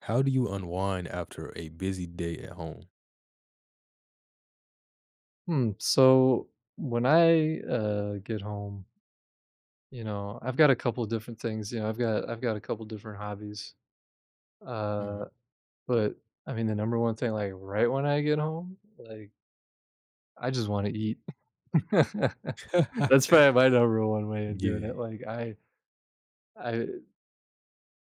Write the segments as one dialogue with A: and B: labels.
A: How do you unwind after a busy day at home?
B: Hmm. So when I get home, you know, I've got a couple of different things. You know, I've got a couple different hobbies.
A: Mhm.
B: Uh, but I mean, the number one thing, like right when I get home, like I just want to eat. That's probably my number one way of doing
A: Yeah,
B: it. Like I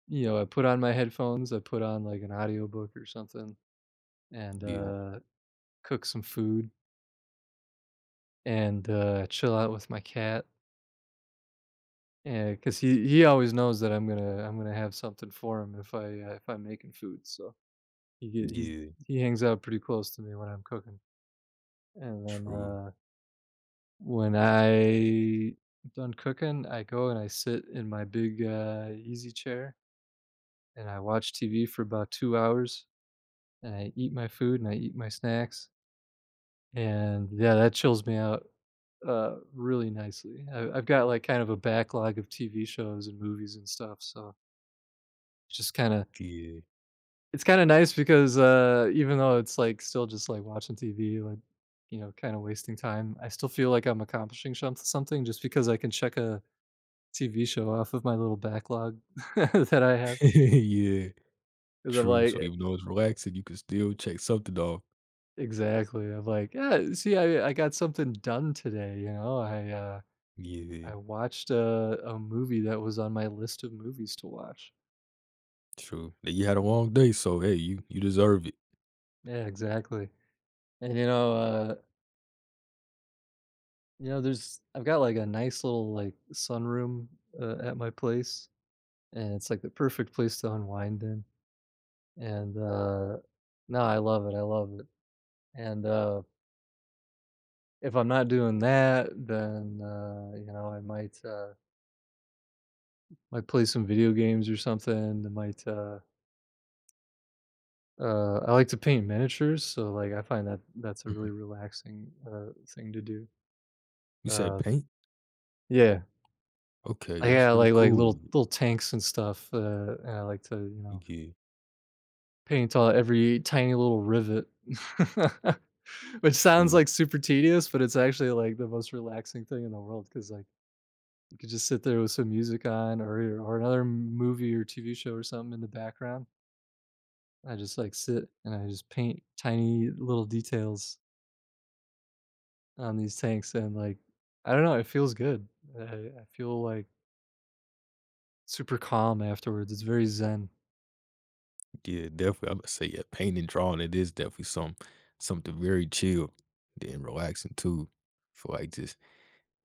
B: you know I put on my headphones, I put on like an audiobook or something, and
A: yeah,
B: cook some food and chill out with my cat. Yeah, because he always knows that I'm gonna have something for him if if I'm making food, so he get he's
A: yeah,
B: he hangs out pretty close to me when I'm cooking, and then,
A: true,
B: when I done cooking, I go and I sit in my big, easy chair, and I watch TV for about 2 hours, and I eat my food and I eat my snacks, and yeah, that chills me out, really nicely. I've got, like, kind of a backlog of TV shows and movies and stuff, so just kinda
A: yeah,
B: it's kinda nice because, even though it's, like, still just, like, watching TV, like, you know, kinda wasting time, I still feel like I'm accomplishing shom something just because I can check a TV show off of my little backlog that I have.
A: yeah,
B: Because 'cause I'm
A: true.
B: like
A: So even though it's relaxing, you can still check something off.
B: exactly, I'm like, "Yeah, see, I got something done today," you know?
A: Yeah,
B: I watched a movie that was on my list of movies to watch.
A: true. Now, you had a long day, so hey, you deserve it.
B: Yeah, exactly, and, you know, there's I've got, like, a nice little, like, sunroom, at my place. And it's like the perfect place to unwind in, and, uh, no, I love it, and, uh, if I'm not doing that, then, you know, I might play some video games or something, I might, I like to paint miniatures, so, like, I find that that's a really
A: Mhm.
B: relaxing, thing to do.
A: You said
B: Uh,
A: paint?
B: yeah.
A: Okay,
B: I
A: that's
B: got,
A: pretty
B: like,
A: cool.
B: little
A: y-
B: little tanks and stuff, and I like to, you know,
A: Yeah,
B: paint on every tiny little rivet. Which sounds,
A: true.
B: like, super tedious, but it's actually, like, the most relaxing thing in the world because like, you could just sit there with some music on or another movie or TV show or something in the background. I just, like, sit and I just paint tiny little details on these tanks and, like, I don't know, it feels good. I feel, like, super calm afterwards. It's very zen.
A: Yeah, definitely. I'm gonna say yeah, paint and drawing. It is definitely something very chill, then relaxing too. For like just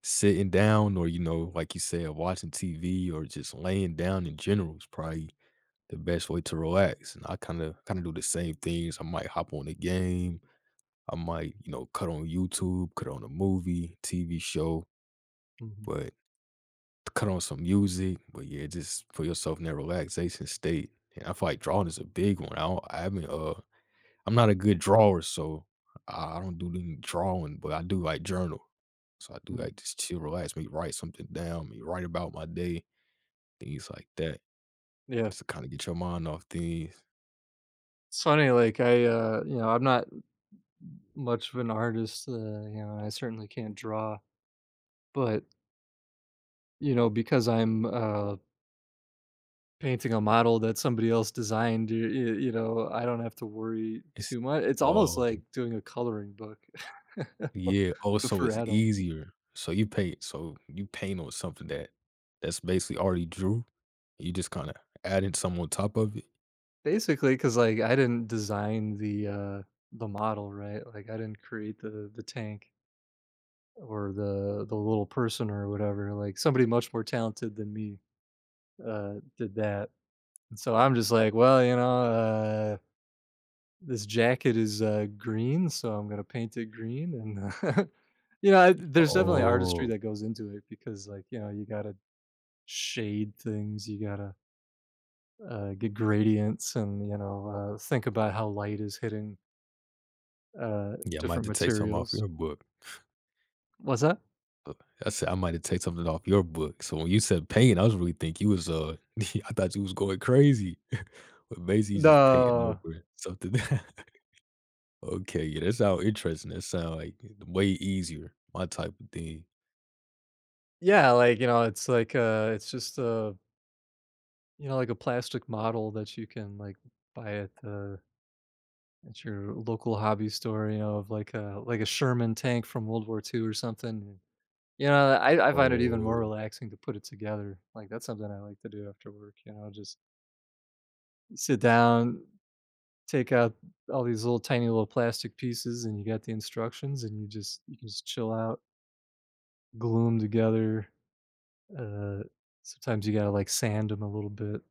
A: sitting down or, you know, like you said, watching TV or just laying down in general is probably the best way to relax, and I kinda do the same things. I might hop on a game, I might, you know, cut on YouTube, cut on a movie, TV show,
B: Mhm,
A: but cut on some music, but, yeah, just put yourself in that relaxation state, and I feel like drawing is a big one. I haven't I'm not a good drawer, so I don't do any drawing, but I do like journal. So I do like
B: mhm.
A: just chill, relax, me write something down, me write about my day, things like that,
B: Yeah.
A: just to kind of get your mind off things.
B: It's funny, like, you know, I'm not much of an artist, you know, I certainly can't draw, but, you know, because I'm, painting a model that somebody else designed, you know, I don't have to worry
A: It's
B: too much. It's almost
A: oh
B: like doing a coloring book
A: yeah, oh
B: but
A: so
B: for
A: it's
B: adults.
A: easier. So you paint on something that that's basically already drew. You just kind of adding some on top of it.
B: Basically, because like I didn't design the model, right? Like I didn't create the tank or the little person or whatever. Like somebody much more talented than me did that. And so I'm just like, well, you know, this jacket is, green, so I'm gonna paint it green and, uh, you know, I there's definitely artistry
A: Oh
B: that goes into it because, like, you know, you gotta shade things, you gotta, get gradients and, you know, think about how light is hitting,
A: yeah, I might have
B: different
A: to take some off
B: materials.
A: your book.
B: What's that?
A: I said I might have take something off your book. So when you said pain, I was really think you was I thought you was going crazy. But basically you just painting
B: No.
A: over something. Okay, yeah, that sound interesting. That sound like way easier, my type of thing.
B: Yeah, like, you know, it's like, it's just, a you know, like a plastic model that you can, like, buy at the It's your local hobby store, you know, of like a Sherman tank from World War II or something. You know, I find it even more
A: Oh,
B: relaxing to put it together. Like that's something I like to do after work, you know, just sit down, take out all these little tiny little plastic pieces and you got the instructions and you can just chill out, glue them together. Uh sometimes you got to like sand them a little bit,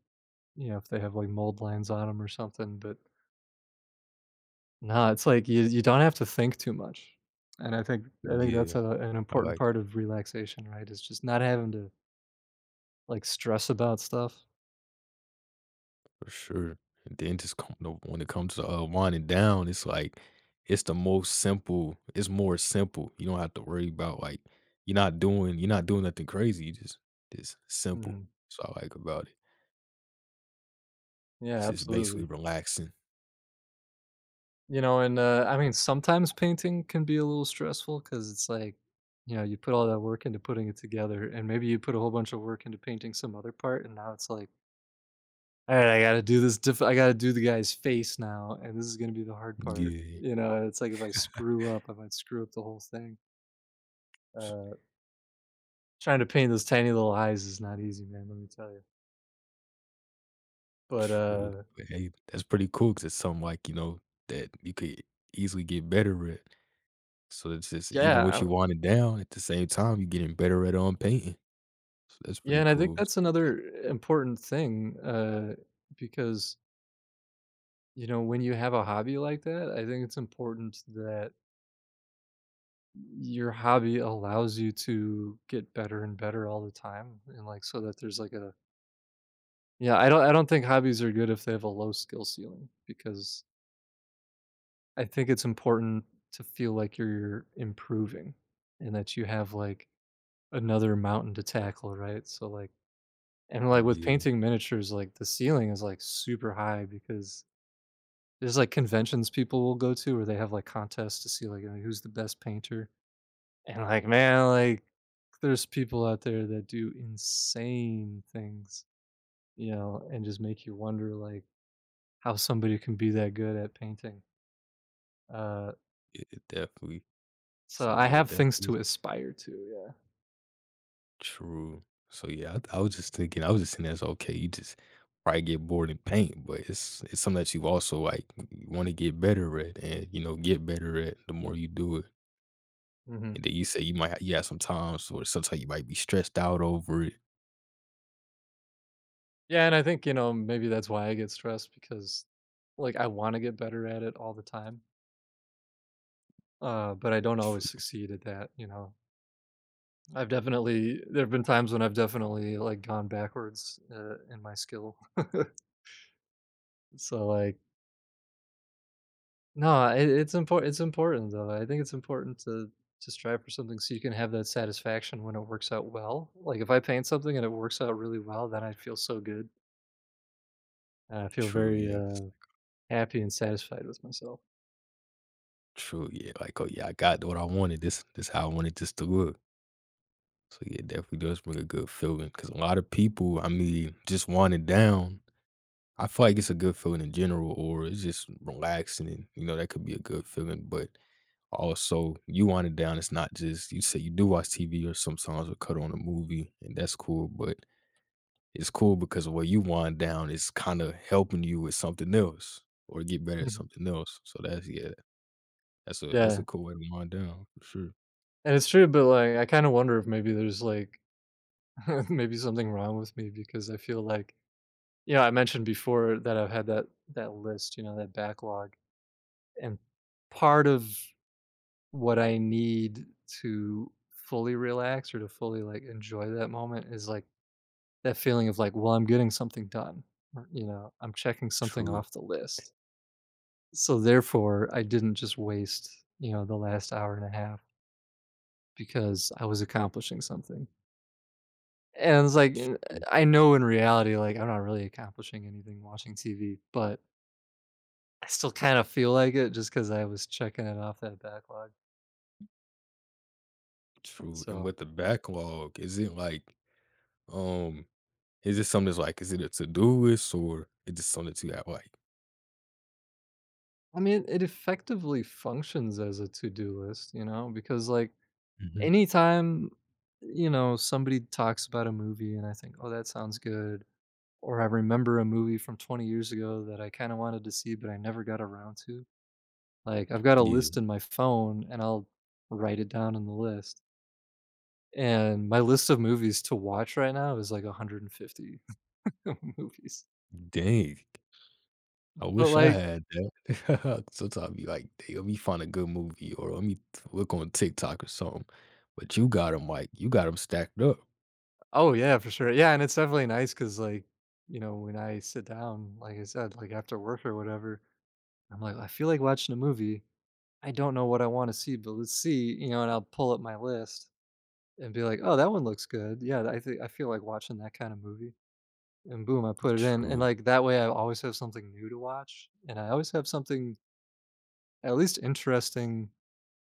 B: you know, if they have like mold lines on them or something, but no, it's like you don't have to think too much, and I think that's
A: yeah.
B: a an
A: I
B: important
A: like
B: part
A: it
B: of relaxation, right? Is just not having to, like, stress about stuff.
A: for sure. And then just come to, when it comes to winding down, it's like it's more simple. You don't have to worry about like you're not doing nothing crazy. You just simple.
B: Mhm.
A: So I like about it. It's
B: Yeah,
A: just basically
B: absolutely.
A: relaxing.
B: You know, and, I mean, sometimes painting can be a little stressful because it's like, you know, you put all that work into putting it together, and maybe you put a whole bunch of work into painting some other part, and now it's like, "Alright, I gotta do this diff I gotta do the guy's face now, and this is gonna be the hard part."
A: Yeah.
B: You know, it's like if I screw up, I might screw up the whole thing. Uh Trying to paint those tiny little eyes is not easy, man, let me tell you. But,
A: Tr True. But, hey, that's pretty cool because it's something like, you know, that you could easily get better at. So it's just even what
B: yeah, I
A: you wanted down, at the same time, you're getting better at, on painting. So that's
B: yeah,
A: pretty
B: and I think
A: cool.
B: that's another important thing, because, you know, when you have a hobby like that, I think it's important that your hobby allows you to get better and better all the time and, like, so that there's, like, a yeah, I don't think hobbies are good if they have a low skill ceiling because I think it's important to feel like you're improving and that you have, like, another mountain to tackle, right? So, like and, like, with
A: Yeah.
B: painting miniatures, like, the ceiling is, like, super high because there's, like, conventions people will go to where they have, like, contests to see, like, you who's the best painter, and, like, man, like, there's people out there that do insane things, you know, and just make you wonder, like, how somebody can be that good at painting. Uh,
A: Yeah, definitely.
B: so
A: So,
B: I
A: yeah,
B: have things
A: definitely
B: to aspire to,
A: true. So, yeah, I was just thinking I was just saying that's okay. You just probably get bored and paint, but it's something that you also, like, wanna get better at and, you know, get better at the more you do it.
B: yeah. Mhm.
A: And then you say you might ha you have some times where sometimes you might be stressed out over it.
B: Yeah, and I think, you know, maybe that's why I get stressed because like I want to get better at it all the time. But I don't always
A: True,
B: succeed at that, you know. I've definitely there've been times when I've definitely like gone backwards in my skill. So like no, it's important though. I think it's important to strive for something so you can have that satisfaction when it works out well. Like if I paint something and it works out really well, then I feel so good. And I feel
A: true,
B: very
A: yeah, s-
B: happy and satisfied with myself.
A: true, yeah, like, "Oh, yeah, I got what I wanted, this how I wanted this to look." So, yeah, definitely does bring a good feeling. Because a lot of people, I mean, just winding down, I feel like it's a good feeling in general or it's just relaxing and, you know, that could be a good feeling, but also, you winding down, it's not just you say you do watch TV or sometimes we cut on a movie, and that's cool, but it's cool because what you wind down is kinda helping you with something else or get better at something else. So that's yeah, that's a that's
B: Yeah,
A: a cool way to wind down for sure.
B: and it's true, but, like, I kinda wonder if maybe there's, like, maybe something wrong with me because I feel like you know, I mentioned before that I've had that list, you know, that backlog, and part of what I need to fully relax or to fully, like, enjoy that moment is, like, that feeling of, like, "Well, I'm getting something done," or, you know, "I'm checking something
A: True,
B: off the list." So, therefore, I didn't just waste, you know, the last hour and a half because I was accomplishing something. And it's like, n
A: true,
B: I know in reality, like, I'm not really accomplishing anything watching TV, but I still kind of feel like it just because I was checking it off that backlog.
A: true. And
B: So,
A: with the backlog, is it like, um, is it something that's like, is it a to-do list or is it something that you have like
B: I mean, it effectively functions as a to-do list, you know, because, like,
A: mhm.
B: anytime, you know, somebody talks about a movie and I think, "Oh, that sounds good," or I remember a movie from 20 years ago that I kinda wanted to see, but I never got around to, like, I've got a
A: Yeah.
B: list in my phone and I'll write it down in the list. And my list of movies to watch right now is like 150 movies.
A: Dang. I
B: But
A: wish I
B: like
A: had that. Sometimes I be like, "Dang, let me find a good movie or let me t look on TikTok or something." But you got them, like you got them stacked up.
B: oh yeah, for sure. Yeah, and it's definitely nice because, like, you know, when I sit down, like I said, like after work or whatever, I'm like, "I feel like watching a movie. I don't know what I wanna see, but let's see," you know, and I'll pull up my list and be like, "Oh, that one looks good. Yeah, I think I feel like watching that kind of movie." And boom, I put it in. And
A: True.
B: like that way I always have something new to watch, and I always have something at least interesting.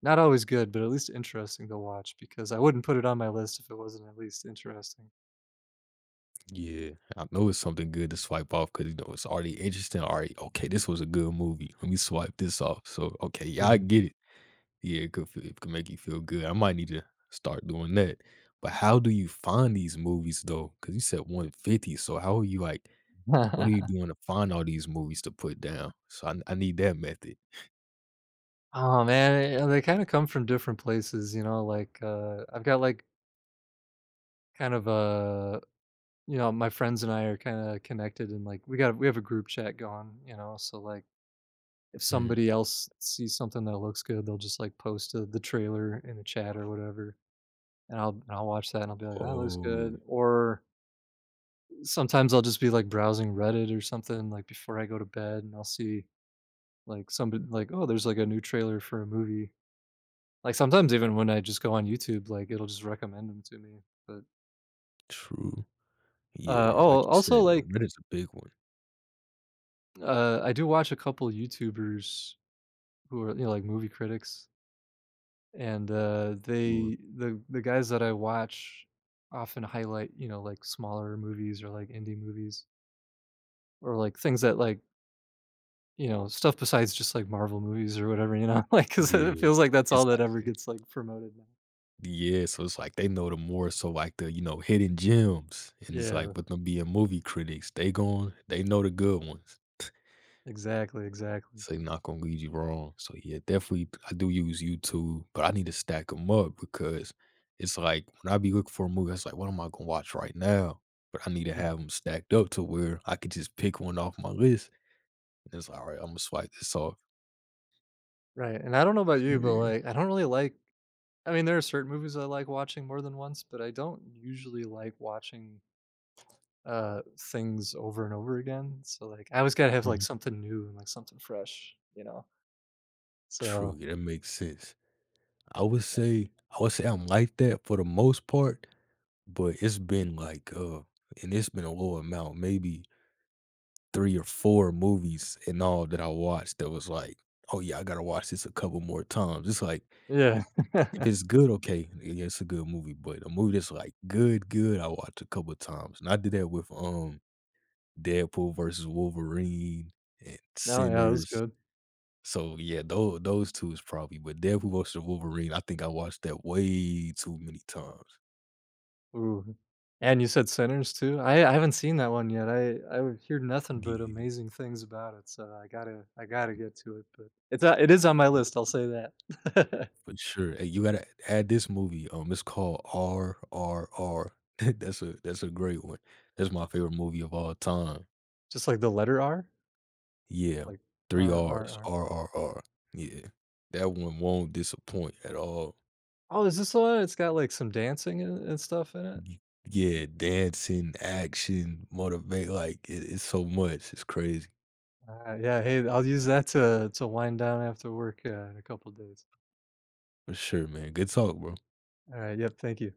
B: Not always good, but at least interesting to watch because I wouldn't put it on my list if it wasn't at least interesting.
A: Yeah, I know it's something good to swipe off because you know it's already interesting. Already, okay, this was a good movie. Let me swipe this off. So, okay, yeah, I
B: Mhm.
A: get it. Yeah, it could make you feel good. I might need to start doing that. But how do you find these movies though? Because you said 150. So how are you like? What are you doing to find all these movies to put down? So I need that method.
B: Aw, man, they kinda come from different places, you know, like, I've got, like, kind of a you know, my friends and I are kinda connected and, like, we have a group chat going, you know, so, like, if
A: Mm.
B: somebody else sees something that looks good, they'll just, like, post, the trailer in the chat or whatever, and I'll watch that and I'll be like, "That looks
A: Oh,
B: good," or sometimes I'll just be, like, browsing Reddit or something, like, before I go to bed, and I'll see, like, somebody like, "Oh, there's, like, a new trailer for a movie." Like, sometimes even when I just go on YouTube, like, it'll just recommend them to me, but,
A: true. Yeah, and like
B: oh,
A: you
B: also,
A: said,
B: like,
A: Reddit's a big one.
B: I do watch a couple YouTubers who are, you know, like, movie critics, and,
A: Ooh,
B: they the guys that I watch often highlight, you know, like, smaller movies or, like, indie movies or, like, things that, like you know, stuff besides just, like, Marvel movies or whatever, you know, like because it
A: yeah,
B: feels like that's
A: it's
B: all that
A: like
B: ever gets, like, promoted now.
A: yeah, so it's like they know the more so like the, you know, hidden gems. And it's like
B: Yeah,
A: with them being movie critics, they know the good ones.
B: exactly, exactly.
A: So they not gonna lead you wrong. So yeah, definitely I do use YouTube, but I need to stack them up because it's like when I be looking for a movie, it's like, what am I gonna watch right now? But I need to
B: Mhm,
A: have them stacked up to where I could just pick one off my list. And it's like, all right, I'm gonna swipe this off.
B: right, and I don't know about
A: So,
B: you, but,
A: yeah.
B: like, I don't really like I mean, there are certain movies I like watching more than once, but I don't usually like watching, uh, things over and over again, so, like, I always gotta have, like,
A: Mhm.
B: something new and, like, something fresh, you know?
A: True,
B: So,
A: yeah, that makes sense. I would say I'm like that for the most part but it's been like, and it's been a low amount, maybe 3 or 4 movies in all that I watched that was like, "Oh, yeah, I gotta watch this a couple more times." It's like,
B: yeah.
A: if it's good, okay, yeah, it's a good movie, but a movie that's like good, good, I watch a couple times, and I did that with, Deadpool versus Wolverine and
B: No, yeah, it was
A: Sinners.
B: good.
A: So, yeah, those 2 is probably but Deadpool versus Wolverine, I think I watched that way too many times.
B: Ooh, and you said Sinners too? I haven't seen that one yet. I hear nothing but
A: Yeah.
B: amazing things about it, so I gotta get to it, but it is on my list, I'll say that.
A: For sure. Hey, you gotta add this movie. It's called RRR. That's a great one. That's my favorite movie of all time.
B: Just like the letter R?
A: Yeah.
B: Like
A: Three
B: R R
A: R's.
B: R.
A: RRR. Yeah. That one won't disappoint at all.
B: Oh, is this the one it has got, like, some dancing and stuff in it?
A: Y- Yeah, dancing, action, motivate, like it, it's so much. It's crazy.
B: Alright, yeah, hey, I'll use that to wind down after work, in a couple days.
A: For sure, man. Good talk, bro.
B: Alright, yep, thank you.